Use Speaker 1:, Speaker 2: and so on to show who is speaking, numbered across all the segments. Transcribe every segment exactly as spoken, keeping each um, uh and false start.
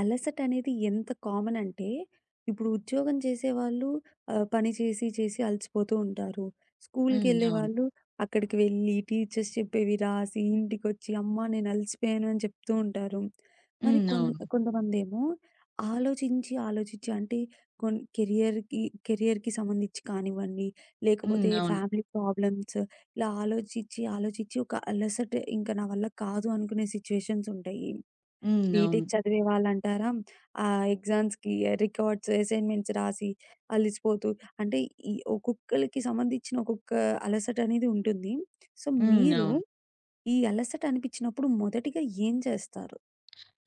Speaker 1: అలసటనేది ఎంత కామన్ అంటే, ఇప్పుడు ఉద్యోగం చేసేవాళ్ళు ఆహ్, పని చేసి, చేసి అలసిపోతూ ఉంటారు.
Speaker 2: హ్మ్. అవును.
Speaker 1: స్కూల్‌కెళ్ళేవాళ్ళు అక్కడికి వెళ్ళి, టీచర్స్ చెప్పేవి రాసి, ఇంటికొచ్చి "అమ్మా! నేను అలసిపోయాను" అని చెప్తూ ఉంటారు. మరి
Speaker 2: హ్మ్.
Speaker 1: కొన్
Speaker 2: అవును.
Speaker 1: కొంతమందేమో ఆలోచించి, ఆలోచించి అంటే కొన్ కెరియర్‌కి కెరియర్‌కి సంబంధించి కానివ్వండి,
Speaker 2: హ్మ్.
Speaker 1: లేకపోతే
Speaker 2: అవును.
Speaker 1: ఫ్యామిలీ ప్రాబ్లమ్స్, ఇలా ఆలోచించి, ఆలోచించి ఒక అలసట ఇంక నా వల్ల కాదు అనుకునే సిట్యుయేషన్స్ ఉంటాయి.
Speaker 2: హ్మ్. అవును.
Speaker 1: బీటెక్ చదివే వాళ్ళంటారా, ఆ ఎగ్జామ్స్‌కి రికార్డ్స్, అసైన్‌మెంట్స్ రాసి అలిసిపోతూ అంటే ఈ ఒక్కొక్కళ్ళకి సంబంధించిన ఒక్కొక్క అలసట అనేది ఉంటుంది. సో,
Speaker 2: హ్మ్.
Speaker 1: మీరు
Speaker 2: అవును.
Speaker 1: ఈ అలసట అనిపించినప్పుడు మొదటిగా ఏం చేస్తారు?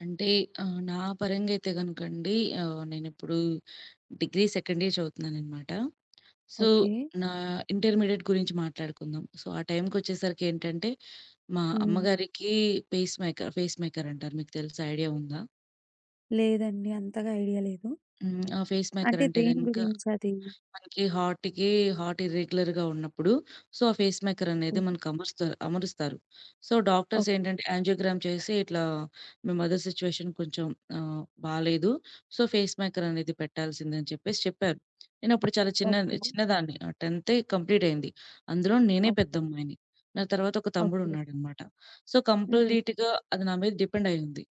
Speaker 2: అంటే ఆహ్, నా పరంగా అయితే గనుకండి. ఆహ్, నేనిప్పుడు డిగ్రీ సెకండ్ ఇయర్ చదువుతున్నాననమాట. So,
Speaker 1: okay.
Speaker 2: నా ఇంటర్మీడియేట్ గురించి మాట్లాడుకుందాం. సో, ఆ టైంకొచ్చేసరికి ఏంటంటే, మా
Speaker 1: హ్మ్.
Speaker 2: అమ్మగారికి పేస్ మేకర్, పేస్ మేకర్ అంటారు. మీకు తెలుసా? ఐడియా ఉందా?
Speaker 1: లేదండి. అంతగా ఐడియా లేదు.
Speaker 2: హ్మ్. ఆ పేస్ మేకర్
Speaker 1: అంటే
Speaker 2: అంటే
Speaker 1: దేని
Speaker 2: గనుక
Speaker 1: గురించది?
Speaker 2: మనకి హార్ట్‌కి హార్ట్ ఇర్రెగ్యులర్‌గా ఉన్నప్పుడు, సో, ఆ ఫేస్ మేకర్ అనేది
Speaker 1: ఓకే.
Speaker 2: మనకు అమరుస్తారు అమరుస్తారు. సో, డాక్టర్స్
Speaker 1: ఓక్
Speaker 2: ఏంటంటే యాంజియోగ్రామ్ చేసి ఇట్లా మీ మదర్ సిట్యుయేషన్ కొంచెం ఆహ్, బాలేదు. సో, ఫేస్ మేకర్ అనేది పెట్టాల్సిందని చెప్పేసి చెప్పారు. నేనప్పుడు చాలా చిన్న
Speaker 1: ఓకే.
Speaker 2: చిన్నదాన్ని. ఆహ్, 10థ్ కంప్లీట్ అయింది. అందులో నేనే
Speaker 1: ఓకే.
Speaker 2: పెద్దమ్మాయిని. నా తర్వాత ఒక
Speaker 1: ఓకే.
Speaker 2: తమ్ముడున్నాడనమాట. సో,
Speaker 1: హ్మ్.
Speaker 2: కంప్లీట్‌గా అది నా మీద డిపెండ్ అయ్యుంది.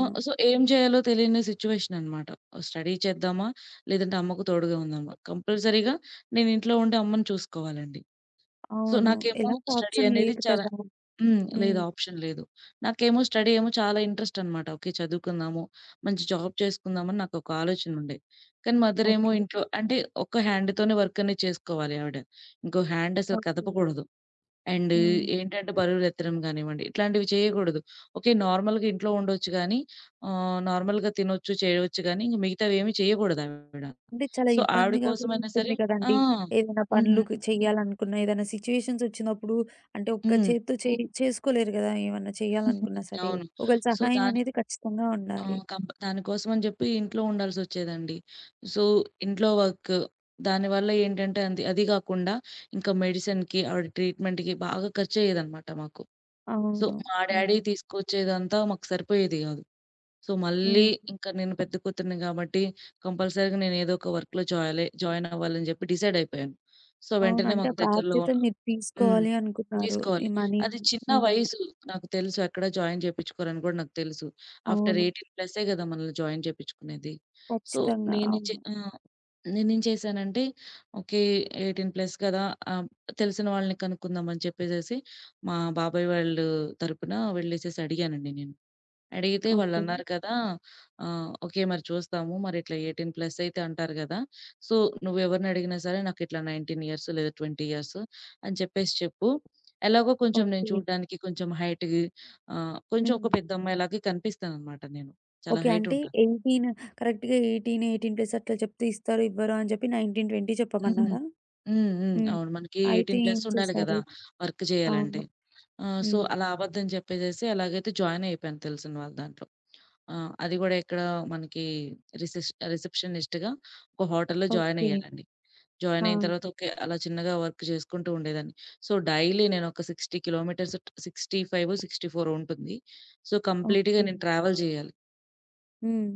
Speaker 2: ఆ! సో, ఏం చేయాలో తెలియని సిట్యుయేషన్ అనమాట. స్టడీ చేద్దామా? లేదంటే అమ్మకు తోడుగా ఉందామా? కంపల్సరీగా నేను ఇంట్లో ఉండి అమ్మని చూసుకోవాలండి. సో,
Speaker 1: అవును.
Speaker 2: నాకేమో
Speaker 1: ఎలాంటి
Speaker 2: స్టడీ
Speaker 1: ఆప్షన్
Speaker 2: అనేది
Speaker 1: లేదు
Speaker 2: చాలా.
Speaker 1: కదా!
Speaker 2: హ్మ్. లేదు.
Speaker 1: హ్మ్.
Speaker 2: ఆప్షన్ లేదు. నాకేమో స్టడీ ఏమో చాలా ఇంట్రెస్ట్ అనమాట. ఓకే. చదువుకుందాము, మంచి జాబ్ చేసుకుందామని నాకొక ఆలోచన ఉండే. కానీ మదర్ ఏమో
Speaker 1: ఓకే.
Speaker 2: ఇంట్లో అంటే, ఒక్క హ్యాండ్‌తోనే వర్క్ అనేది చేసుకోవాలి ఆవిడ. ఇంకో హ్యాండ్ అసలు
Speaker 1: ఓకే.
Speaker 2: కదపకూడదు. అండ్
Speaker 1: హ్మ్.
Speaker 2: ఏంటంటే బరువులెత్తడం గానివ్వండి, ఇట్లాంటివి చేయకూడదు. ఓకే. నార్మల్‌గా ఇంట్లో ఉండొచ్చు గానీ, ఆహ్, నార్మల్‌గా తినొచ్చు, చేయొచ్చు గానీ, ఇంక మిగతావేమి చేయకూడదావిడ.
Speaker 1: అంటే చాలా
Speaker 2: సో, ఆవిడ
Speaker 1: ఇబ్బందిగా కూడా
Speaker 2: కోసమైనా
Speaker 1: ఉంటుంది
Speaker 2: సరే. ఆ!
Speaker 1: కదండీ! ఏదైనా పనులు
Speaker 2: హ్మ్.
Speaker 1: క్ చేయాలనుకున్నా, ఏదైనా సిట్యుయేషన్స్ వచ్చినప్పుడు అంటే ఒక్క
Speaker 2: హ్మ్.
Speaker 1: చేత్తో చేయి చేసుకోలేరు గదా! ఏమన్నా చేయాలనుకున్నా సరే.
Speaker 2: అవును.
Speaker 1: ఒకళ్ళ
Speaker 2: సో,
Speaker 1: సహాయం
Speaker 2: దాని
Speaker 1: అనేది ఖచ్చితంగా ఉండాలి.
Speaker 2: ఆహ్, కంప దానికోసమని జెప్పి ఇంట్లో ఉండాల్సొచ్చేదండి. సో, ఇంట్లో వర్క్ దానివల్ల ఏంటంటే అంది అది గాకుండా ఇంకా మెడిసిన్‌కి, ఆవిడ ట్రీట్‌మెంట్‌కి బాగా ఖర్చయ్యేదనమాట మాకు. సో,
Speaker 1: అవును.
Speaker 2: మా డ్యాడీ
Speaker 1: హ్మ్.
Speaker 2: తీసుకొచ్చేదంతా మాకు సరిపోయేది గాదు. సో, మళ్ళీ
Speaker 1: హ్మ్.
Speaker 2: ఇంకా నేను పెద్ద కూతురిని గాబట్టి, కంపల్సరీగా నేనేదో ఒక వర్క్‌లో జాయిలే జాయిన్ అవ్వాలని జెప్పి డిసైడ్ అయిపోయాను. సో,
Speaker 1: అవును.
Speaker 2: వెంటనే
Speaker 1: అంటే
Speaker 2: మాకు
Speaker 1: ఆ
Speaker 2: దగ్గరలో.
Speaker 1: బాధ్యత మీరు
Speaker 2: హ్మ్.
Speaker 1: తీసుకోవాలి అనుకున్నారు. ఈ
Speaker 2: తీసుకోవాలి.
Speaker 1: మనీ.
Speaker 2: అది చిన్న
Speaker 1: హ్మ్.
Speaker 2: వయసు నాకు తెలుసు. ఎక్కడ జాయిన్ చేపిచ్చుకోరని గూడా నాకు తెలుసు. ఆఫ్టర్
Speaker 1: అవును.
Speaker 2: పద్దెనిమిది ప్లస్సే గదా! మనల్ని జాయిన్ చేపిచ్చుకునేది. సో,
Speaker 1: ఖచ్చితంగా.
Speaker 2: నేను చే
Speaker 1: అవును.
Speaker 2: ఆ! నేనేం చేశానంటే, ఓకే. పద్దెనిమిది ప్లస్ కదా! ఆహ్, తెలిసిన వాళ్ళని కనుక్కుందామని చెప్పేసేసి, మా బాబాయ్ వాళ్ళు తరపున వెళ్ళేసేసి అడిగానండి నేను. అడిగితే
Speaker 1: ఓకే.
Speaker 2: వాళ్ళన్నారు కదా! ఆహ్, "ఓకే. మరి చూస్తాము. మరిట్లా పద్దెనిమిది ప్లస్ అయితే అంటారు గదా! సో, నువ్వెవరిని అడిగినా సరే నాకిట్లా పంతొమ్మిది ఇయర్స్ లేదా ఇరవై ఇయర్స్ అని చెప్పేసి చెప్పు. ఎలాగో కొంచెం నేను
Speaker 1: ఓకే.
Speaker 2: చూడడానికి కొంచెం హైట్‌గి ఆహ్, కొంచెం ఒక
Speaker 1: హ్మ్.
Speaker 2: పెద్ద అమ్మాయిలాగా కనిపిస్తాననమాట నేను. చాలా
Speaker 1: ఓకే.
Speaker 2: హైట్
Speaker 1: అంటే
Speaker 2: ఉంటా."
Speaker 1: పద్దెనిమిది, కరెక్ట్‌గా పద్దెనిమిది, పద్దెనిమిది ప్లస్ అట్లా చెప్తే ఇస్తారో, ఇవ్వరో అని చెప్పి పంతొమ్మిది, ఇరవై
Speaker 2: హ్మ్.
Speaker 1: చెప్పమన్నారా?
Speaker 2: హ్మ్. హ్మ్.
Speaker 1: హ్మ్.
Speaker 2: అవును. మనకి
Speaker 1: అయితే
Speaker 2: పద్దెనిమిది
Speaker 1: ఏం
Speaker 2: ప్లస్ ఉండాలి గదా!
Speaker 1: చేశారు?
Speaker 2: వర్క్ చేయాలంటే.
Speaker 1: అవును.
Speaker 2: ఆ! సో,
Speaker 1: హ్మ్.
Speaker 2: అలా అబద్ధం చెప్పేసేసి ఎలాగైతే జాయిన్ అయిపోయాను తెలిసిన వాళ్ళ దాంట్లో. ఆహ్, అది గూడా ఎక్కడ మనకి రిసెష్ రిసెప్షనిస్ట్‌గా ఒక హోటల్‌లో జాయిన్
Speaker 1: ఓకే.
Speaker 2: అయ్యానండి.
Speaker 1: ఆ!
Speaker 2: జాయిన్ అయిన తర్వాత ఓకే. అలా చిన్నగా వర్క్ చేసుకుంటూ ఉండేదాన్ని. సో, డైలీ నేను ఒక అరవై కిలోమీటర్స్ ట్ అరవై ఐదు, అరవై నాలుగు ఉంటుంది. సో, కంప్లీట్‌గా
Speaker 1: ఓకే.
Speaker 2: నేను ట్రావెల్ జేయాలి.
Speaker 1: హ్మ్.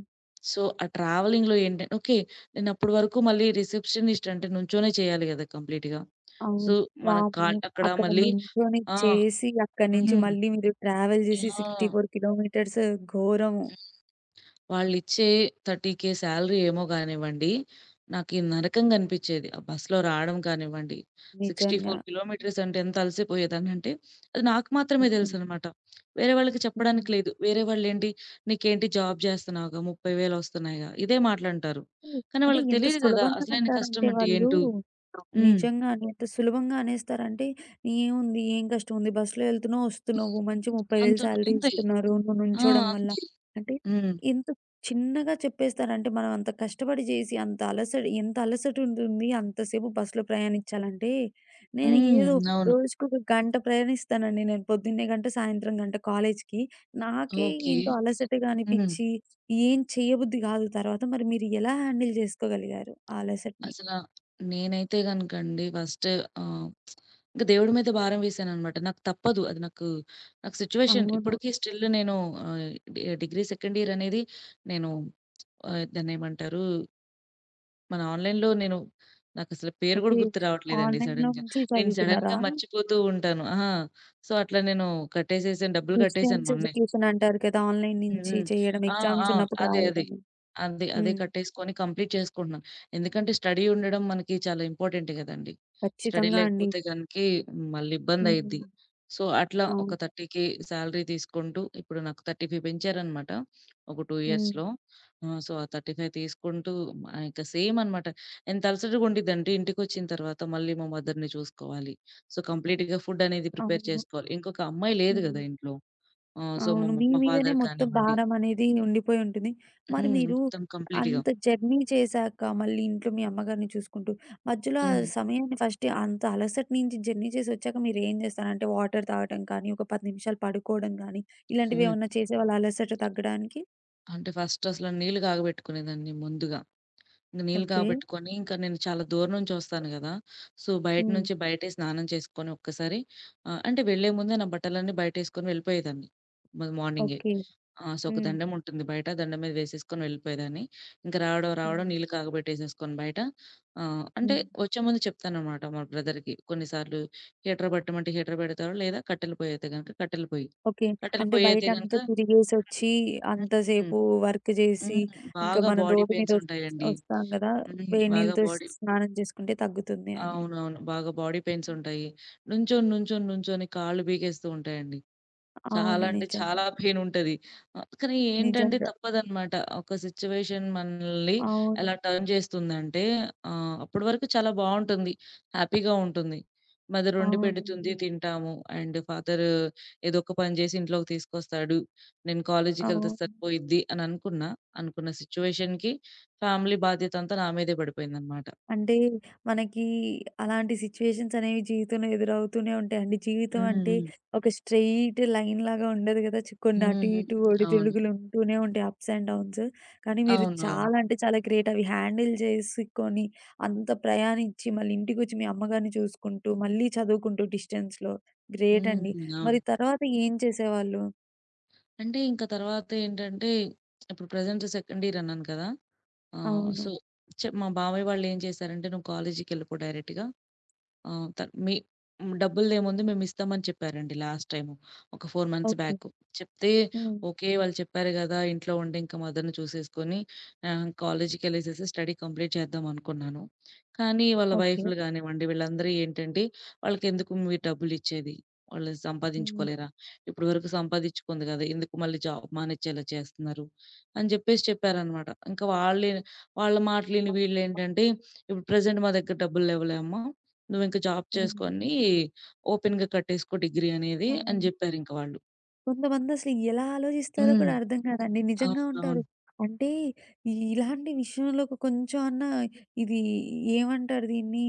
Speaker 2: సో, ఆ ట్రావెలింగ్‌లో ఏంటం ఓకే. నేను అప్పటి వరకు మళ్ళీ రిసెప్షనిస్ట్ అంటే నుంచొనే చేయాలి గదా! కంప్లీట్‌గా. సో,
Speaker 1: అవును.
Speaker 2: మన
Speaker 1: వామ్మో!
Speaker 2: కాల్ అక్కడ
Speaker 1: అక్కడ
Speaker 2: మళ్ళీ
Speaker 1: నుంచొని
Speaker 2: ఆ!
Speaker 1: చేసి అక్కడి నుంచి
Speaker 2: హ్మ్.
Speaker 1: మళ్ళీ మీరు ట్రావెల్ చేసి
Speaker 2: ఆ!
Speaker 1: అరవై నాలుగు కిలోమీటర్స్. ఘోరము.
Speaker 2: వాళ్ళిచ్చే ముప్పై వేలు సాలరీ ఏమో గానివ్వండి, నాకీ నరకంగా అనిపిచ్చేది. ఆ బస్‌లో రావడం కానివ్వండి,
Speaker 1: నిజంగా.
Speaker 2: అరవై నాలుగు కిలోమీటర్స్ అంటే ఎంత అలసిపోయేదాన్నంటే, అది నాకు మాత్రమే
Speaker 1: హ్మ్.
Speaker 2: తెలుసనమాట. వేరే వాళ్ళకి చెప్పడానికి
Speaker 1: హ్మ్.
Speaker 2: లేదు. వేరే వాళ్ళేంటి, "నీకేంటి జాబ్ జేస్తున్నావుగా, ముప్పై వేలు ఒస్తున్నాయిగా" ఇదే మాటలంటారు.
Speaker 1: హ్మ్.
Speaker 2: కానీ
Speaker 1: అంటే
Speaker 2: వాళ్ళకి
Speaker 1: ఎంత
Speaker 2: తెలీదు గదా!
Speaker 1: సులభంగా
Speaker 2: అసలైన కష్టం
Speaker 1: అంటారంటే
Speaker 2: అంటే
Speaker 1: వాళ్ళు,
Speaker 2: ఏంటో. హ్మ్.
Speaker 1: నిజంగానే ఎంత సులభంగా అనేస్తారంటే, "ఏముంది? ఏం కష్టం ఉంది? బస్‌లో ఎళ్తున్నావు, వస్తున్నావు. మంచిగా ముప్పై వేలు
Speaker 2: అంతున్
Speaker 1: సాలరీ
Speaker 2: అంతే.
Speaker 1: ఇస్తున్నారు. నువ్వు
Speaker 2: ఆ!
Speaker 1: నుంచోడం వల్ల."
Speaker 2: అంతే.
Speaker 1: అంటే
Speaker 2: హ్మ్.
Speaker 1: ఎంత చిన్నగా చెప్పేస్తారంటే, మనం అంత కష్టపడి చేసి, అంత అలసట, ఎంత అలసట ఉంటుంది అంతసేపు బస్‌లో ప్రయాణించాలంటే, నేను ఏదో
Speaker 2: హ్మ్. అవును.
Speaker 1: రోజుకొక గంట ప్రయాణిస్తానండి నేను. పొద్దున్నే గంట, సాయంత్రం గంట కాలేజ్‌కి. నాకే
Speaker 2: ఓకే.
Speaker 1: ఎంతో అలసటగా
Speaker 2: హ్మ్.
Speaker 1: అనిపిచ్చి ఏం చేయబుద్ధి గాదు తర్వాత. మరి మీరు ఎలా హ్యాండిల్ జేసుకోగలిగారు ఆ అలసటని?
Speaker 2: అసల నేనైతే గనకండి ఫస్ట్. ఆహ్ ఇంక దేవుడి మీద భారం వేశాననమాట. నాకు తప్పదు. అది నాకు, నాకు సిట్యుయేషన్
Speaker 1: అవును.
Speaker 2: ఇప్పటికి స్టిల్ నేను. ఆహ్, డి డిగ్రీ సెకండ్ ఇయర్ అనేది నేను, ఆహ్, దాన్నేమంటారు, మన ఆన్‌లైన్‌లో నేను. నాకసలు పేరు
Speaker 1: ఓకే.
Speaker 2: గూడా గుర్తు రావట్లేదండి
Speaker 1: ఆన్‌లైన్‌లో
Speaker 2: సడెన్‌గా.
Speaker 1: నుంచి
Speaker 2: నేను
Speaker 1: చదువుకున్నారా?
Speaker 2: సడెన్‌గా మర్చిపోతూ ఉంటాను. ఆ! సో, అట్లా నేను కట్టేసేసాను. డబ్బులు కట్టేసాను
Speaker 1: డిస్టెన్స్
Speaker 2: మొన్నే.
Speaker 1: ఎడ్యుకేషన్ అంటారు కదా! ఆన్‌లైన్
Speaker 2: హ్మ్.
Speaker 1: నుంచి
Speaker 2: హ్మ్.
Speaker 1: చేయడం,
Speaker 2: ఆ! ఆ!
Speaker 1: ఎగ్జామ్స్ ఉన్నప్పుడు
Speaker 2: అదే. అదే.
Speaker 1: రాయడం.
Speaker 2: అదే. అదే
Speaker 1: హ్మ్.
Speaker 2: కట్టేసుకొని కంప్లీట్ చేసుకుంటున్నాను. ఎందుకంటే స్టడీ ఉండడం మనకి చాలా ఇంపార్టెంటే గదండీ. స్టడీ
Speaker 1: ఖచ్చితంగా అండి.
Speaker 2: లేకపోతే గనకి మళ్ళీ ఇబ్బందయిద్ది.
Speaker 1: హ్మ్.
Speaker 2: సో, అట్లా ఒక
Speaker 1: అవును.
Speaker 2: ముప్పై వేలు శాలరీ తీసుకుంటూ ఇప్పుడు నాకు ముప్పై ఐదు పెంచారనమాట. ఒక రెండు
Speaker 1: హ్మ్.
Speaker 2: ఇయర్స్‌లో. ఆహ్, సో, ఆ ముప్పై ఐదు తీసుకుంటూ, ఆహ్, ఇంక సేమ్ అనమాట. ఎంత అలసటగా ఉండిద్దంటే ఇంటికొచ్చిన తర్వాత మళ్ళీ మా మదర్‌ని చూసుకోవాలి. సో, కంప్లీట్‌గా ఫుడ్ అనేది ప్రిపేర్
Speaker 1: అవును.
Speaker 2: చేసుకోవాలి. ఇంకొక అమ్మాయి లేదు
Speaker 1: హ్మ్.
Speaker 2: గదా ఇంట్లో. ఆ! సో, మా
Speaker 1: అవును.
Speaker 2: మ
Speaker 1: మీ
Speaker 2: మా
Speaker 1: మీదనే
Speaker 2: ఫాదర్
Speaker 1: మొత్తం
Speaker 2: కానివ్వండి.
Speaker 1: భారం అనేది ఉండిపోయి ఉంటుంది. మరి
Speaker 2: హ్మ్.
Speaker 1: మీరు
Speaker 2: మొత్తం కంప్లీట్‌గా.
Speaker 1: అంత జర్నీ చేశాక, మళ్ళీ ఇంట్లో మీ అమ్మగారిని చూసుకుంటూ, మధ్యలో ఆ
Speaker 2: హ్మ్.
Speaker 1: సమయాన్ని ఫస్ట్ అంత అలసట నుంచి జర్నీ చేసొచ్చాక మీరేం చేస్తారు? అంటే వాటర్ తాగటం కానీ, ఒక పది నిమిషాలు పడుకోవడం గానీ, ఇలాంటివి
Speaker 2: హ్మ్.
Speaker 1: ఏమన్నా చేసేవాళ్ళా అలసట తగ్గడానికి?
Speaker 2: అంటే ఫస్ట్ అసలు నీళ్ళు కాగబెట్టుకునేదాన్ని ముందుగా. ఇంక నీళ్ళు
Speaker 1: ఓకే.
Speaker 2: కాగబెట్టుకొని ఇంకా నేను చాలా దూరం నుంచి వస్తాను గదా! సో, బయట
Speaker 1: హ్మ్.
Speaker 2: నుంచి బయటే స్నానం చేసుకొని ఒక్కసారి, ఆహ్, అంటే వెళ్ళే ముందే నా బట్టలన్నీ బయటేసుకొని వెళ్ళిపోయేదాన్ని. మరి మార్నింగే.
Speaker 1: ఓకే.
Speaker 2: ఆ! సో, ఒక
Speaker 1: హ్మ్.
Speaker 2: దండం ఉంటుంది బయట. దండం మీద వేసేసుకొని వెళ్ళిపోయేదాన్ని. ఇంక రావడం రావడం
Speaker 1: హ్మ్.
Speaker 2: నీళ్ళు కాగబెట్టేసేసుకొని బయట, ఆహ్, అంటే
Speaker 1: హ్మ్.
Speaker 2: వచ్చే ముందు చెప్తానన్నమాట మా బ్రదర్‌కి. కొన్నిసార్లు హీటర్ పెట్టమంటే హీటర్ పెడతాడు. లేదా కట్టెలు పొయ్యి అయితే గనుక కట్టెలు పొయ్యి.
Speaker 1: ఓకే.
Speaker 2: కట్టెలు
Speaker 1: అంటే
Speaker 2: పొయ్యి అయితే గనుక
Speaker 1: బయటంతా తిరిగేసొచ్చి,
Speaker 2: హ్మ్.
Speaker 1: అంతసేపు వర్క్
Speaker 2: హ్మ్.
Speaker 1: జేసి, ఇంకా
Speaker 2: బాగా
Speaker 1: మనం
Speaker 2: బాడీ
Speaker 1: రోడ్డు మీద
Speaker 2: పెయిన్స్
Speaker 1: ఒస్
Speaker 2: ఉంటాయండి.
Speaker 1: ఒస్తాం గదా!
Speaker 2: హ్మ్.
Speaker 1: వేడి
Speaker 2: బాగా
Speaker 1: నీళ్ళతో స్
Speaker 2: బాడీ
Speaker 1: స్నానం చేసుకుంటే తగ్గుతుంది అని.
Speaker 2: అవునవును. బాగా బాడీ పెయిన్స్ ఉంటాయి. నుంచొని, నుంచొని, నుంచొని కాళ్ళు బీగేస్తూ ఉంటాయండి.
Speaker 1: అవును.
Speaker 2: చాలా అంటే
Speaker 1: నిజం.
Speaker 2: చాలా పెయినుంటది. ఆహ్, కానీ ఏంటంటే
Speaker 1: నిజంగా.
Speaker 2: తప్పదనమాట. ఒక సిట్యుయేషన్ మనల్ని
Speaker 1: అవును.
Speaker 2: ఎలా టర్న్ చేస్తుందంటే, ఆహ్, అప్పటి వరకు చాలా బావుంటుంది. హ్యాపీగా ఉంటుంది. మదర్ వండి పెడుతుంది
Speaker 1: అవునండి.
Speaker 2: తింటాము. అండ్ ఫాదర్ ఏదో ఒక పని చేసి ఇంట్లోకి తీసుకొస్తాడు. నేను కాలేజీకెళ్తే
Speaker 1: అవును.
Speaker 2: సరిపోయిద్ది అని అనుకున్నా. అనుకున్న సిట్యుయేషన్‌కి ఫ్యామిలీ బాధ్యత అంతా నా మీదే పడిపోయిందనమాట.
Speaker 1: అంటే మనకి అలాంటి సిట్యుయేషన్స్ అనేవి జీవితంలో ఎదురవుతూనే ఉంటాయండి. జీవితం
Speaker 2: హ్మ్.
Speaker 1: అంటే
Speaker 2: హ్మ్.
Speaker 1: ఒక స్ట్రెయిట్ లైన్ లాగా ఉండదు కదా! చ్ కొన్ని
Speaker 2: హ్మ్.
Speaker 1: అటు
Speaker 2: హ్మ్.
Speaker 1: ఇటు
Speaker 2: అవును.
Speaker 1: ఒడిదుడుకులు ఉంటూనే ఉంటాయి. Ups and downs. కానీ మీరు
Speaker 2: అవునవును.
Speaker 1: చాలా అంటే చాలా గ్రేట్. అవి హ్యాండిల్ చేసుకొని అంత ప్రయాణించి మళ్ళీ ఇంటికొచ్చి మీ అమ్మగారిని చూసుకుంటూ, మళ్ళీ చదువుకుంటూ డిస్టెన్స్‌లో, గ్రేట్
Speaker 2: హ్మ్.
Speaker 1: అండి.
Speaker 2: హ్మ్. అవును.
Speaker 1: మరి తర్వాత ఏం చేసేవాళ్ళు?
Speaker 2: అంటే ఇంక తర్వాతేంటంటే, ఇప్పుడు ప్రెజెంట్ సెకండ్ ఇయర్ అన్నాను కదా! ఆహ్,
Speaker 1: అవును.
Speaker 2: సో, చె మా బాబాయ్ వాళ్ళేం చేశారంటే, "నువ్వు కాలేజీకెళ్ళిపో డైరెక్ట్‌గా. ఆ! త మీ హ్మ్. డబ్బులదేముంది మేమిస్తామని చెప్పారండి లాస్ట్ టైము. ఒక నాలుగు మంత్స్
Speaker 1: ఓకే.
Speaker 2: బ్యాక్. చెప్తే
Speaker 1: హ్మ్.
Speaker 2: ఓకే. వాళ్ళు చెప్పారు గదా! ఇంట్లో ఉండి ఇంక మదర్‌ని చూసేసుకొని, ఆహ్, కాలేజ్‌కెళ్ళేసేసి స్టడీ కంప్లీట్ చేద్దాం అనుకున్నాను. కానీ వాళ్ళ
Speaker 1: ఓకే.
Speaker 2: వైఫ్‌లు గానివ్వండి వీళ్ళందరూ ఏంటంటే వాళ్ళకెందుకు మీరు డబ్బులిచ్చేది? వాళ్ళు
Speaker 1: హ్మ్.
Speaker 2: సంపాదించుకోలేరా? ఇప్పటి వరకు సంపాదించుకుంది గదా! ఎందుకు మళ్ళీ జాబ్ మానిచ్చేలా చేస్తున్నారు? అని జెప్పేసి చెప్పారనమాట. ఇంకా వాళ్ళే వాళ్ళ మాటలిని వీళ్ళేంటంటే ఇప్పుడు ప్రెజెంట్ మా దగ్గర డబ్బులు లేవులే అమ్మా! నువ్వింక జాబ్
Speaker 1: హ్మ్.
Speaker 2: చేసుకొని ఓపెన్‌గా కట్టేసుకో డిగ్రీ అనేది అని
Speaker 1: అవును.
Speaker 2: జెప్పారింక వాళ్ళు.
Speaker 1: కొంతమందసలు ఎలా ఆలోచిస్తారో
Speaker 2: హ్మ్.
Speaker 1: కూడా అర్థం కాదండి. నిజంగా ఉంటారు.
Speaker 2: అవునవును.
Speaker 1: అంటే ఈ ఇలాంటి విషయంలో ఒక కొంచెం అన్నా ఇది, ఏమంటారు దీన్ని?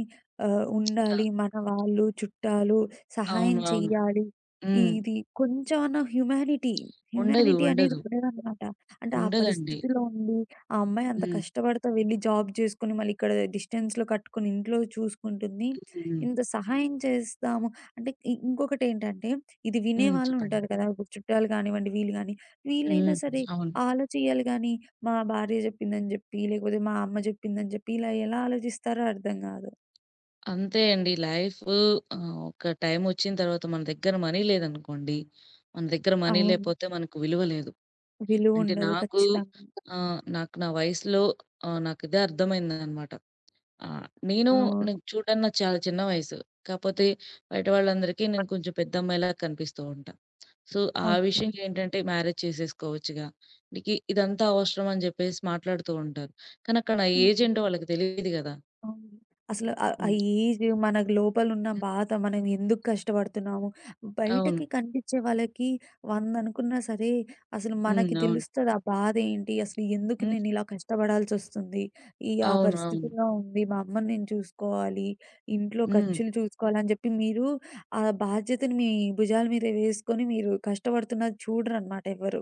Speaker 1: ఆహ్,
Speaker 2: అ
Speaker 1: ఉండాలి. మన వాళ్ళు, చుట్టాలు సహాయం
Speaker 2: అవును. అవును.
Speaker 1: చెయ్యాలి.
Speaker 2: హ్మ్.
Speaker 1: ఇది కొంచెం అన్నా హ్యుమానిటీ,
Speaker 2: ఉండదు.
Speaker 1: హ్యుమానిటీ అనేది
Speaker 2: ఉండదు.
Speaker 1: ఉండదనమాట. అంటే ఆ
Speaker 2: ఉండదండి.
Speaker 1: పరిస్థితిలో ఉండి, ఆ అమ్మాయి అంత
Speaker 2: హ్మ్.
Speaker 1: కష్టపడతా వెళ్లి జాబ్ చేసుకొని, మళ్ళీ ఇక్కడ డిస్టెన్స్‌లో కట్టుకొని ఇంట్లో చూసుకుంటుంది.
Speaker 2: హ్మ్.
Speaker 1: ఇంత సహాయం చేస్తాము. అంటే ఇ ఇంకొకటేంటంటే, ఇది
Speaker 2: హ్మ్. చెప్పండి.
Speaker 1: వినేవాళ్ళుంటారు కదా! ఇప్పుడు చుట్టాలు గానివ్వండి, వీళ్ళు గాని, వీళ్ళైనా
Speaker 2: హ్మ్.
Speaker 1: సరే
Speaker 2: అవును.
Speaker 1: ఆలోచియాలి గానీ, మా భార్య జెప్పిందని జెప్పి, లేకపోతే మా అమ్మ జెప్పిందని జెప్పి, ఇలా ఎలా ఆలోచిస్తారో అర్థం గాదు.
Speaker 2: అంతే అండి. లైఫ్, ఆహ్, ఒక టైమొచ్చిన తర్వాత మన దగ్గర మనీ లేదనుకోండి, మన దగ్గర మనీ
Speaker 1: అవును.
Speaker 2: లేపోతే మనకు విలువ లేదు. అంటే
Speaker 1: విలువుండదు
Speaker 2: నాకు
Speaker 1: ఖచ్చితంగా.
Speaker 2: ఆహ్, నాకు నా వయసులో, ఆహ్, నాకిదే అర్థమైందనమాట. ఆ! నేను,
Speaker 1: అవును.
Speaker 2: నాకు చూడ్డానికి నాకు చాలా చిన్న వయసు. కాపోతే బయట వాళ్ళందరికీ నేను కొంచెం పెద్దమ్మాయిలా కనిపిస్తూ ఉంటా. సో, ఆ
Speaker 1: ఓకే.
Speaker 2: విషయం ఏంటంటే మ్యారేజ్ చేసేసుకోవచ్చుగా. నీకి ఇదంతా అవసరం అని జెప్పేసి మాట్లాడుతూ ఉంటారు. కానీ అక్కడ నా ఏజ్
Speaker 1: హ్మ్.
Speaker 2: ఏంటో వాళ్ళకి తెలీదు గదా!
Speaker 1: అవును. అసలు ఆహ్, ఆ
Speaker 2: హ్మ్.
Speaker 1: ఏజ్, మన లోపలున్న
Speaker 2: హ్మ్.
Speaker 1: బాధ, మనం ఎందుకు కష్టపడుతున్నాము?
Speaker 2: అవును.
Speaker 1: బయటకి కనిపించే వాళ్ళకి వంద అనుకున్నా సరే, అసలు మనకి
Speaker 2: హ్మ్. అవును.
Speaker 1: తెలుస్తది ఆ బాధేంటి? అసలు ఎందుకు
Speaker 2: హ్మ్.
Speaker 1: నేనిలా కష్టపడాల్సొస్తుంది? ఈ ఆ
Speaker 2: అవును. అవును.
Speaker 1: పరిస్థితిలో ఉంది. మా అమ్మని నేను చూసుకోవాలి. ఇంట్లో
Speaker 2: హ్మ్.
Speaker 1: ఖర్చులు చూసుకోవాలి అని చెప్పి మీరు ఆ బాధ్యతని మీ భుజాల మీద వేసుకొని మీరు కష్టపడుతున్నది చూడరనమాట ఎవ్వరు.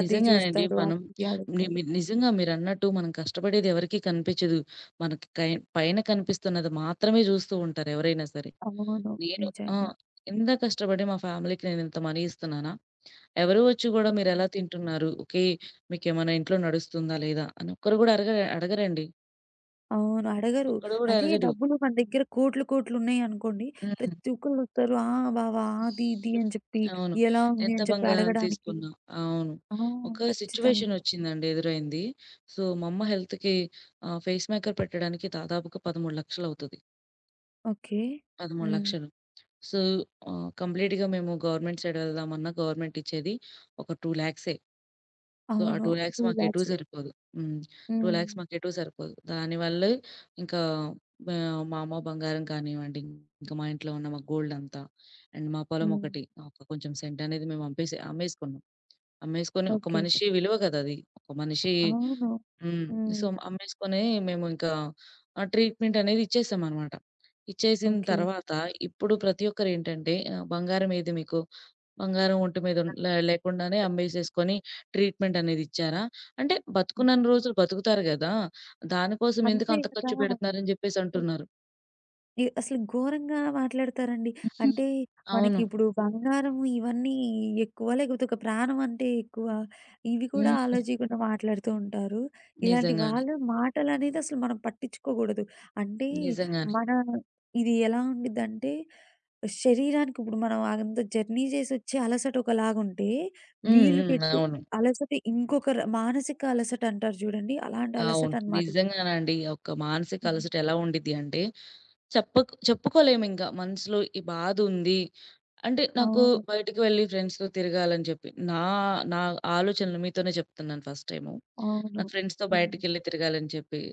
Speaker 1: అది
Speaker 2: నిజంగానండి.
Speaker 1: చూస్తారు.
Speaker 2: మనం
Speaker 1: అది ఇది
Speaker 2: ని
Speaker 1: అడుగుతారు.
Speaker 2: మి నిజంగా మీరన్నట్టు మనం కష్టపడేది ఎవరికీ కనిపించదు. మనకి కై పైన కనిపిస్తున్నది మాత్రమే జూస్తూ ఉంటారు ఎవరైనా సరే.
Speaker 1: అవును.
Speaker 2: నేను. ఆ!
Speaker 1: నిజంగా.
Speaker 2: ఇంత కష్టపడి మా ఫ్యామిలీకి నేనింత మనీ ఇస్తున్నానా? ఎవరు వచ్చి గూడా మీరెలా తింటున్నారు? ఓకే. మీకేమైనా ఇంట్లో నడుస్తుందా? లేదా? అని ఒక్కరు గూడా అడగ అడగరండి.
Speaker 1: అవును. అడగరు.
Speaker 2: ఒక్కడు గూడా
Speaker 1: అదే
Speaker 2: అడగడు.
Speaker 1: డబ్బులు మన దగ్గర కోట్లు కోట్లున్నాయనుకోండి.
Speaker 2: హ్మ్.
Speaker 1: ప్రతి ఒక్కళ్ళొస్తారు. "ఆ! బావ, అది ఇది" అని చెప్పి,
Speaker 2: అవును.
Speaker 1: ఎలా ఉంది
Speaker 2: ఎంత
Speaker 1: అని చెప్పి
Speaker 2: బంగారం
Speaker 1: అడగడానికి.
Speaker 2: తీసుకున్నా. అవును.
Speaker 1: ఆ!
Speaker 2: ఒక
Speaker 1: ఖచ్చితంగా.
Speaker 2: సిట్యుయేషన్ వచ్చిందండి ఎదురైంది. సో, మా అమ్మ హెల్త్‌కి, ఆహ్, ఫేస్ మేకర్ పెట్టడానికి దాదాపుగా పదమూడు,లక్షలు అవుతది.
Speaker 1: ఓకే. హ్మ్.
Speaker 2: పదమూడు,లక్షలు. సో, ఆహ్, కంప్లీట్‌గా మేము గవర్నమెంట్ సైడ్ వెళ్దామన్నా గవర్నమెంట్ ఇచ్చేది ఒక రెండు,00,000ఏ. సో, ఆ
Speaker 1: అవును.
Speaker 2: రెండు,లక్షలు మాకెటూ
Speaker 1: రెండు లక్షలు.
Speaker 2: సరిపోదు. హ్మ్.
Speaker 1: హ్మ్.
Speaker 2: రెండు,లక్షలు మాకెటూ సరిపోదు. దానివల్లే ఇంకా మా మా అమ్మ బంగారం కానివ్వండి, ఇంకా మా ఇంట్లో ఉన్న మా గోల్డ్ అంతా, అండ్ మా పొలం
Speaker 1: హ్మ్.
Speaker 2: ఒకటి ఒక కొంచెం సెంట్ అనేది మేము అమ్మేసి అమ్మేసుకున్నాం. అమ్మేసుకొని ఒక
Speaker 1: ఓకే.
Speaker 2: మనిషి విలువ కదా! అది. ఒక మనిషి.
Speaker 1: అవును.
Speaker 2: హ్మ్.
Speaker 1: హ్మ్.
Speaker 2: సో, అమ్మేసుకొని మేము ఇంకా ఆ ట్రీట్‌మెంట్ అనేది ఇచ్చేసామనమాట. ఇచ్చేసిన
Speaker 1: ఓకే.
Speaker 2: తర్వాత ఇప్పుడు ప్రతి ఒక్కరేంటంటే, ఆహ్, "బంగారం ఏది మీకు?" బంగారం ఒంటి మీద ఉన్ లే లేకుండానే అమ్మేసేసుకొని ట్రీట్‌మెంట్ అనేది ఇచ్చారా? అంటే
Speaker 1: హ్మ్.
Speaker 2: బతుకున్నన్ని రోజులు బతుకుతారు గదా! దానికోసం ఎందుకు
Speaker 1: అంతే
Speaker 2: అంత ఖర్చు
Speaker 1: కదా!
Speaker 2: పెడుతున్నారని జెప్పేసి అంటున్నారు.
Speaker 1: ఇ అసలు ఘోరంగా మాట్లాడతారండి.
Speaker 2: హ్మ్.
Speaker 1: అంటే
Speaker 2: అవును.
Speaker 1: మనకిప్పుడు బంగారం ఇవన్నీ ఎక్కువ, లేకపోతే ఒక ప్రాణం అంటే ఎక్కువ. ఇవి కూడా
Speaker 2: హ్మ్.
Speaker 1: ఆలోచియకుండా మాట్లాడుతూ ఉంటారు. ఇలాంటి
Speaker 2: నిజంగానే.
Speaker 1: వాళ్ళ మాటలనేది అసలు మనం పట్టించుకోకూడదు. అంటే
Speaker 2: నిజంగానే.
Speaker 1: మన ఇది ఎలా ఉండిద్దంటే, శరీరానికి ఇప్పుడు మనం అంత జర్నీ చేసొచ్చే అలసట ఒకలాగుంటే,
Speaker 2: హ్మ్.
Speaker 1: వీళ్ళు
Speaker 2: హ్మ్.
Speaker 1: పెట్టే
Speaker 2: అవును.
Speaker 1: అలసట ఇంకొక ర మానసిక అలసట అంటారు చూడండి. అలాంటి అలసట
Speaker 2: అవును.
Speaker 1: అనమాట ఇది.
Speaker 2: నిజంగానండి. ఒక మానసిక
Speaker 1: హ్మ్.
Speaker 2: అలసట ఎలా ఉండిద్ది అంటే, చెప్పకు చెప్పుకోలేమింక మనసులో ఈ బాధ ఉంది అంటే, నాకు
Speaker 1: అవును.
Speaker 2: బయటికి వెళ్లి ఫ్రెండ్స్‌తో తిరగాలని చెప్పి, నా నా ఆలోచనలు మీతోనే చెప్తున్నాను ఫస్ట్ టైము.
Speaker 1: అవును.
Speaker 2: నాకు ఫ్రెండ్స్‌తో
Speaker 1: హ్మ్.
Speaker 2: బయటికెళ్ళి తిరగాలని చెప్పి.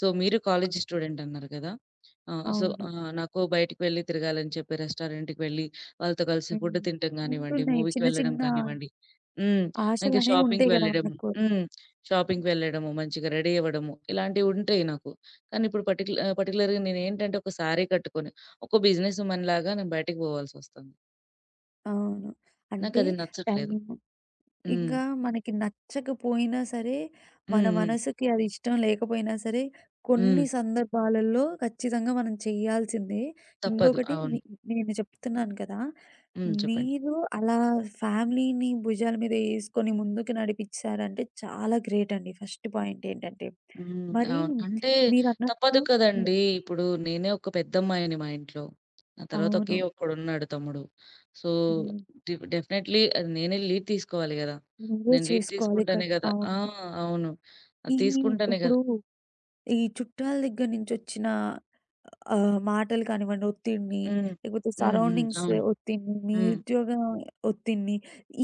Speaker 2: సో, మీరు కాలేజీ స్టూడెంట్ అన్నారు కదా! ఆహ్, సో,
Speaker 1: అవును.
Speaker 2: ఆహ్, నాకు బయటికి వెళ్లి తిరగాలని చెప్పి రెస్టారెంట్‌కి వెళ్లి వాళ్ళతో కలిసి ఫుడ్
Speaker 1: హ్మ్.
Speaker 2: తినటం కానివ్వండి,
Speaker 1: ఉంటున్నాయి.
Speaker 2: మూవీకి
Speaker 1: చిన్న
Speaker 2: వెళ్ళడం
Speaker 1: చిన్న
Speaker 2: కానివ్వండి. హ్మ్. ఇంకా
Speaker 1: ఆశలనేవి
Speaker 2: షాపింగ్‌కి
Speaker 1: ఉంటాయి గదా!
Speaker 2: వెళ్ళడం.
Speaker 1: మనకు.
Speaker 2: హ్మ్. షాపింగ్‌కి వెళ్ళడము, మంచిగా రెడీ అవ్వడము ఇలాంటివి ఉంటాయి నాకు. కానీ ఇప్పుడు పర్టిక్యుల ఆహ్, పర్టిక్యులర్‌గా నేనేంటంటే ఒక శారీ కట్టుకొని, ఒక బిజినెస్ ఉమెన్‌లాగా నేను బయటికి పోవాల్సొస్తుంది.
Speaker 1: అవును. అంటే
Speaker 2: నాకది నచ్చట్లేదు.
Speaker 1: టైము,
Speaker 2: హ్మ్.
Speaker 1: ఇంకా మనకి నచ్చకపోయినా సరే, మన
Speaker 2: హ్మ్. హ్మ్.
Speaker 1: మనసుకి అది ఇష్టం లేకపోయినా సరే, కొన్ని
Speaker 2: హ్మ్.
Speaker 1: సందర్భాలలో ఖచ్చితంగా మనం చేయాల్సిందే.
Speaker 2: తప్పదు.
Speaker 1: ఇంకొకటి
Speaker 2: అవును.
Speaker 1: నే నేను చెప్తున్నాను కదా!
Speaker 2: హ్మ్. చెప్పండి.
Speaker 1: మీరు అలా ఫ్యామిలీని భుజాల మీద యేసుకొని ముందుకు నడిపిచ్చారంటే చాలా గ్రేట్ అండి. ఫస్ట్ పాయింట్ ఏంటంటే.
Speaker 2: హ్మ్.
Speaker 1: మరి
Speaker 2: అవును. అంటే
Speaker 1: మీరన్నట్టు.
Speaker 2: తప్పదు
Speaker 1: హ్మ్.
Speaker 2: కదండీ! ఇప్పుడు నేనే ఒక పెద్దమ్మాయిని మా ఇంట్లో. నా తర్వాత
Speaker 1: అవును.
Speaker 2: ఒకే ఒక్కడున్నాడు తమ్ముడు. సో,
Speaker 1: హ్మ్.
Speaker 2: డి డెఫినైట్‌లీ అది నేనే లీడ్ తీసుకోవాలి గదా!
Speaker 1: నువ్వే
Speaker 2: నేను లీడ్
Speaker 1: చేసుకోవాలి.
Speaker 2: తీసుకుంటేనే
Speaker 1: కట్
Speaker 2: గదా. ఆ!
Speaker 1: అవును.
Speaker 2: అవును. అది
Speaker 1: ఈ
Speaker 2: తీసుకుంటేనే
Speaker 1: ఇప్పుడు
Speaker 2: గదా.
Speaker 1: ఈ చుట్టాల దగ్గర నుంచొచ్చిన ఆహ్, మాటలు కానివ్వండి, ఒత్తిడిని,
Speaker 2: హ్మ్.
Speaker 1: లేకపోతే
Speaker 2: హ్మ్. హ్మ్.
Speaker 1: సరౌండింగ్స్
Speaker 2: అవును.
Speaker 1: ఒత్తిడిని, మీ
Speaker 2: హ్మ్.
Speaker 1: ఉద్యోగ ఒత్తిడిని,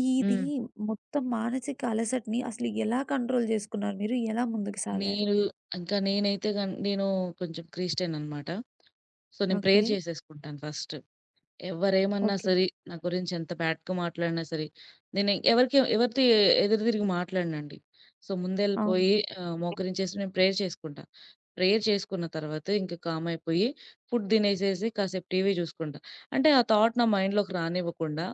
Speaker 1: ఇది
Speaker 2: హ్మ్.
Speaker 1: మొత్తం మానసిక అలసటని అసలు ఎలా కంట్రోల్ చేసుకున్నారు మీరు? ఎలా ముందుకు సాగారు?
Speaker 2: నేను, ఇంకా నేనైతే గన్ నేను కొంచెం క్రిస్టియన్ అనమాట. సో, నేను
Speaker 1: ఓకే.
Speaker 2: ప్రేయర్ చేసేసుకుంటాను ఫస్ట్. ఎవ్వరేమన్నా
Speaker 1: ఓకే.
Speaker 2: సరే, నా గురించి ఎంత బ్యాడ్‌గా మాట్లాడినా సరే, నేను ఎవరికి ఎవరితో ఎదురు తిరిగి మాట్లాడనండి. సో, ముందెళ్ళిపోయి,
Speaker 1: అవును.
Speaker 2: ఆహ్, మోకరించేసి నేను ప్రేయర్ చేసుకుంటా. ప్రేయర్ చేసుకున్న తర్వాత ఇంక కామ్ అయిపోయి ఫుడ్ తినేసేసి కాసేపు టీవీ చూసుకుంటా. అంటే ఆ థాట్ నా మైండ్‌లోకి రానివ్వకుండా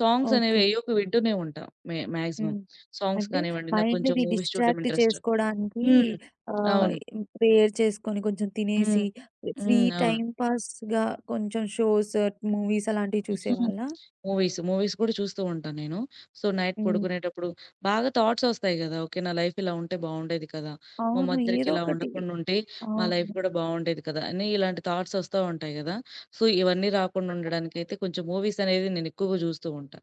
Speaker 2: సాంగ్స్ అనేవి
Speaker 1: ఓకే.
Speaker 2: ఏయో ఒకటి వింటూనే ఉంటా మ్యా మాక్సిమం.
Speaker 1: హ్మ్.
Speaker 2: సాంగ్స్
Speaker 1: అంటే
Speaker 2: కానివ్వండి, నాకు కొంచెం
Speaker 1: మైండ్‌ని
Speaker 2: మూవీస్ చూడడం
Speaker 1: డిస్ట్రాక్ట్
Speaker 2: ఇంట్రెస్ట్.
Speaker 1: చేసుకోడానికి
Speaker 2: హ్మ్.
Speaker 1: ఆహ్,
Speaker 2: అవును.
Speaker 1: ప్రేయర్ చేసుకొని కొంచెం
Speaker 2: హ్మ్.
Speaker 1: తినేసి ఫ్రీ
Speaker 2: హ్మ్. అవును.
Speaker 1: టైమ్ పాస్‌గా కొంచెం షోస్, మూవీస్ అలాంటివి
Speaker 2: హ్మ్.
Speaker 1: చూసేవాళ్ళా?
Speaker 2: మూవీస్. మూవీస్ కూడా చూస్తూ ఉంటాను నేను. సో, నైట్
Speaker 1: హ్మ్.
Speaker 2: పడుకునేటప్పుడు బాగా థాట్స్ ఒస్తాయి గదా! ఓకే. నా లైఫ్ ఇలా ఉంటే బావుండేది కదా! మా
Speaker 1: అవును.
Speaker 2: మదర్‌కి
Speaker 1: ఏదో
Speaker 2: ఇలా
Speaker 1: ఒకటి.
Speaker 2: ఉండకుండా ఉంటే మా లైఫ్
Speaker 1: అవును.
Speaker 2: కూడా బావుండేది కదా! అని ఇలాంటి థాట్స్ ఒస్తా ఉంటాయి గదా! సో, ఇవన్నీ రాకుండా ఉండడానికైతే కొంచెం మూవీస్ అనేది నేను ఎక్కువగా జూస్తూ ఉంటా.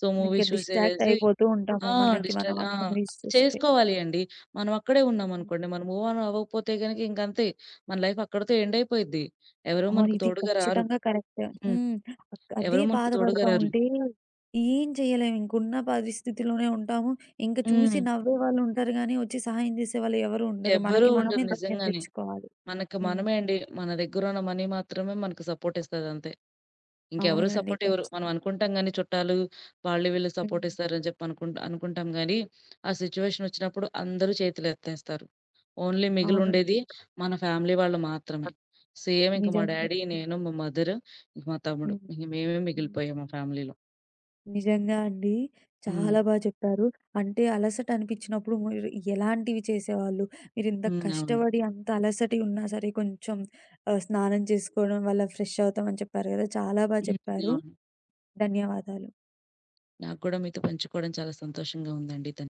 Speaker 2: సో,
Speaker 1: ఇంక
Speaker 2: మూవీస్
Speaker 1: డిస్ట్రాక్ట్
Speaker 2: చూసేసేసి.
Speaker 1: అయిపోతూ ఉంటాము
Speaker 2: ఆ!
Speaker 1: మనకి మనం
Speaker 2: డిస్ట్రాక్ట్.
Speaker 1: ఆ
Speaker 2: ఆ!
Speaker 1: మూవీస్ చూస్తే.
Speaker 2: చేసుకోవాలి అండి. మనం అక్కడే ఉన్నామనుకోండి, మనం మూవ్ ఆన్ అవ్వకపోతే గనక ఇంకంతే. మన లైఫ్ అక్కడితో ఎండ్ అయిపోయిద్ది. ఎవరు
Speaker 1: అవును.
Speaker 2: మనకు
Speaker 1: ఇది
Speaker 2: తోడుగా రారు.
Speaker 1: ఖచ్చితంగా కరెక్ట్.
Speaker 2: హ్మ్.
Speaker 1: హ్మ్. అక్ అదే
Speaker 2: ఎవరు మనకు తోడుగా
Speaker 1: బాధపడతా
Speaker 2: రారు.
Speaker 1: ఉంటే ఏం చేయలేము. ఇంకున్న పరిస్థితిలోనే ఉంటాము. ఇంక చూసి
Speaker 2: హ్మ్.
Speaker 1: నవ్వేవాళ్ళు ఉంటారు గానీ, వచ్చి సహాయం చేసేవాళ్ళు ఎవరు ఉండరు.
Speaker 2: ఎవ్వరూ
Speaker 1: మనకి మనమే
Speaker 2: ఉండరు
Speaker 1: ధైర్యం
Speaker 2: నిజంగానే.
Speaker 1: తెచ్చుకోవాలి.
Speaker 2: మనకి
Speaker 1: హ్మ్.
Speaker 2: మనమే అండి. మన దగ్గరున్న మనీ మాత్రమే మనకు సపోర్ట్ ఇస్తది అంతే. ఇంకెవరు
Speaker 1: అవునండి.
Speaker 2: సపోర్ట్ ఇవ్వరు. మనం
Speaker 1: ఖచ్చితంగా.
Speaker 2: అనుకుంటాం గానీ చుట్టాలు వాళ్ళు వీళ్ళు
Speaker 1: హ్మ్.
Speaker 2: సపోర్ట్ ఇస్తారని చెప్పి అనుకుం అనుకుంటాం గానీ, ఆ సిచ్యువేషన్ వచ్చినప్పుడు అందరూ చేతులెత్తేస్తారు. ఓన్లీ
Speaker 1: అవునండి.
Speaker 2: మిగిలుండేది మన ఫ్యామిలీ వాళ్ళు మాత్రమే. సేమ్ ఇంక మా
Speaker 1: నిజంగా
Speaker 2: డ్యాడీ,
Speaker 1: అండి.
Speaker 2: నేను, మా మదర్, ఇంక మా తమ్ముడు.
Speaker 1: హ్మ్.
Speaker 2: ఇంక మేమే
Speaker 1: హ్మ్.
Speaker 2: మిగిలిపోయాం మా ఫ్యామిలీలో.
Speaker 1: నిజంగా అండి.
Speaker 2: హ్మ్.
Speaker 1: చాలా బా చెప్పారు. అంటే అలసట అనిపించినప్పుడు మీరు ఎలాంటివి చేసేవాళ్ళు? మీరింత
Speaker 2: హ్మ్. అవును.
Speaker 1: కష్టపడి అంత అలసటి ఉన్నా సరే కొంచెం ఆహ్, స్నానం చేసుకోవడం వల్ల ఫ్రెష్ అవుతామని చెప్పారు కదా! చాలా బా
Speaker 2: హ్మ్.
Speaker 1: చెప్పారు.
Speaker 2: అవును.
Speaker 1: ధన్యవాదాలు.
Speaker 2: నాకు కూడా మీతో పంచుకోవడం చాలా సంతోషంగా ఉందండి. ధన్